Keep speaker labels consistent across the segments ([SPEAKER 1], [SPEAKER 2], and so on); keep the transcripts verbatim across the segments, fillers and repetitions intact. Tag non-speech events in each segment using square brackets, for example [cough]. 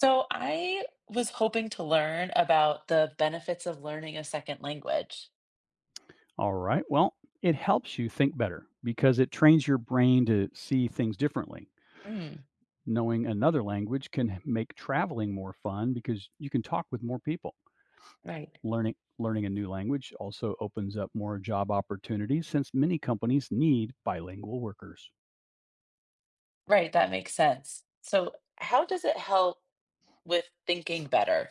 [SPEAKER 1] So I was hoping to learn about the benefits of learning a second language.
[SPEAKER 2] All right. Well, it helps you think better because it trains your brain to see things differently.
[SPEAKER 1] Mm,
[SPEAKER 2] Knowing another language can make traveling more fun because you can talk with more people.
[SPEAKER 1] right.
[SPEAKER 2] Learning learning a new language also opens up more job opportunities since many companies need bilingual workers.
[SPEAKER 1] Right, that makes sense. So how does it help with thinking better?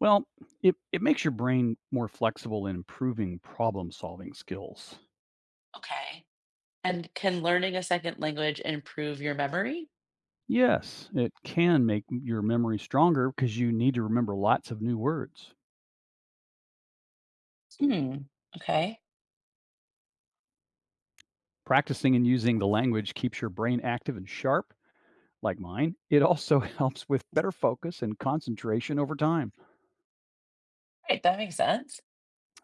[SPEAKER 2] Well, it, it makes your brain more flexible in improving problem solving skills.
[SPEAKER 1] Okay. And can learning a second language improve your memory?
[SPEAKER 2] Yes, it can make your memory stronger because you need to remember lots of new words.
[SPEAKER 1] Hmm. Okay.
[SPEAKER 2] Practicing and using the language keeps your brain active and sharp, like mine. It also [laughs] helps with better focus and concentration over time.
[SPEAKER 1] Right, that makes sense.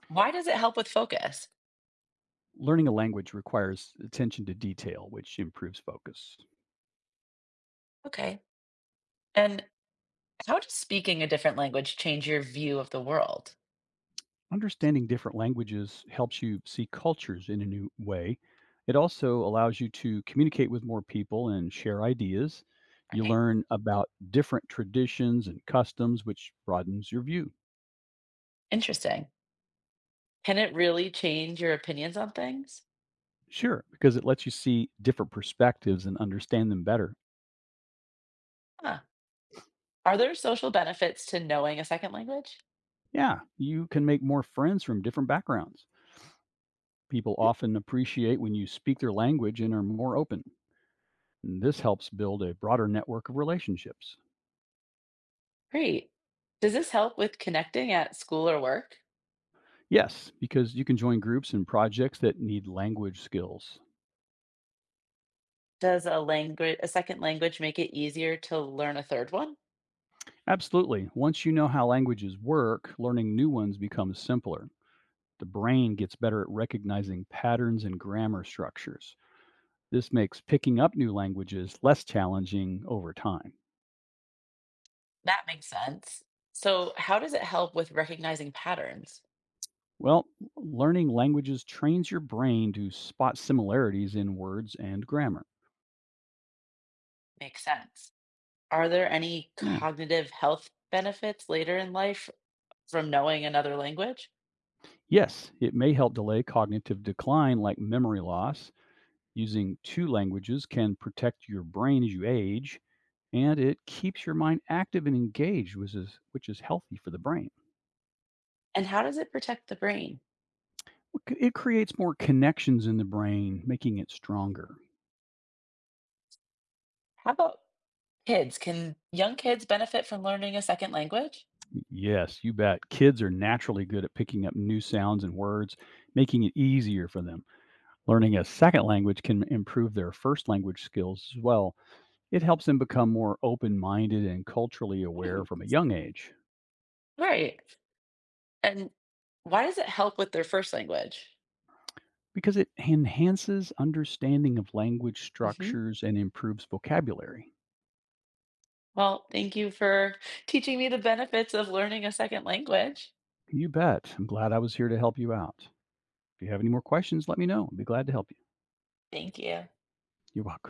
[SPEAKER 1] Why does it help with focus?
[SPEAKER 2] Learning a language requires attention to detail, which improves focus.
[SPEAKER 1] Okay. And how does speaking a different language change your view of the world?
[SPEAKER 2] Understanding different languages helps you see cultures in a new way. It also allows you to communicate with more people and share ideas. You
[SPEAKER 1] Right.
[SPEAKER 2] learn about different traditions and customs, which broadens your view.
[SPEAKER 1] Interesting. Can it really change your opinions on things?
[SPEAKER 2] Sure, because it lets you see different perspectives and understand them better.
[SPEAKER 1] Huh. Are there social benefits to knowing a second language?
[SPEAKER 2] Yeah, you can make more friends from different backgrounds. People often appreciate when you speak their language and are more open. And this helps build a broader network of relationships.
[SPEAKER 1] Great. Does this help with connecting at school or work?
[SPEAKER 2] Yes, because you can join groups and projects that need language skills.
[SPEAKER 1] Does a language a second language make it easier to learn a third one?
[SPEAKER 2] Absolutely. Once you know how languages work, learning new ones becomes simpler. The brain gets better at recognizing patterns and grammar structures. This makes picking up new languages less challenging over time.
[SPEAKER 1] That makes sense. So, how does it help with recognizing patterns?
[SPEAKER 2] Well, learning languages trains your brain to spot similarities in words and grammar.
[SPEAKER 1] Makes sense. Are there any
[SPEAKER 2] Yeah.
[SPEAKER 1] cognitive health benefits later in life from knowing another language?
[SPEAKER 2] Yes, it may help delay cognitive decline like memory loss. Using two languages can protect your brain as you age, and it keeps your mind active and engaged, which is, which is healthy for the brain.
[SPEAKER 1] And how does it protect the brain?
[SPEAKER 2] Well, it creates more connections in the brain, making it stronger.
[SPEAKER 1] How about kids? Can young kids benefit from learning a second language?
[SPEAKER 2] Yes, you bet. Kids are naturally good at picking up new sounds and words, making it easier for them. Learning a second language can improve their first language skills as well. It helps them become more open minded and culturally
[SPEAKER 1] Hmm,
[SPEAKER 2] aware from a young age
[SPEAKER 1] right. And why does it help with their first language?
[SPEAKER 2] because it enhances understanding of language
[SPEAKER 1] Hmm.
[SPEAKER 2] structures and improves vocabulary.
[SPEAKER 1] Well, thank you for teaching me the benefits of learning a second language.
[SPEAKER 2] You bet. I'm glad I was here to help you out. If you have any more questions, let me know. I'd be glad to help you.
[SPEAKER 1] Thank you.
[SPEAKER 2] You're welcome.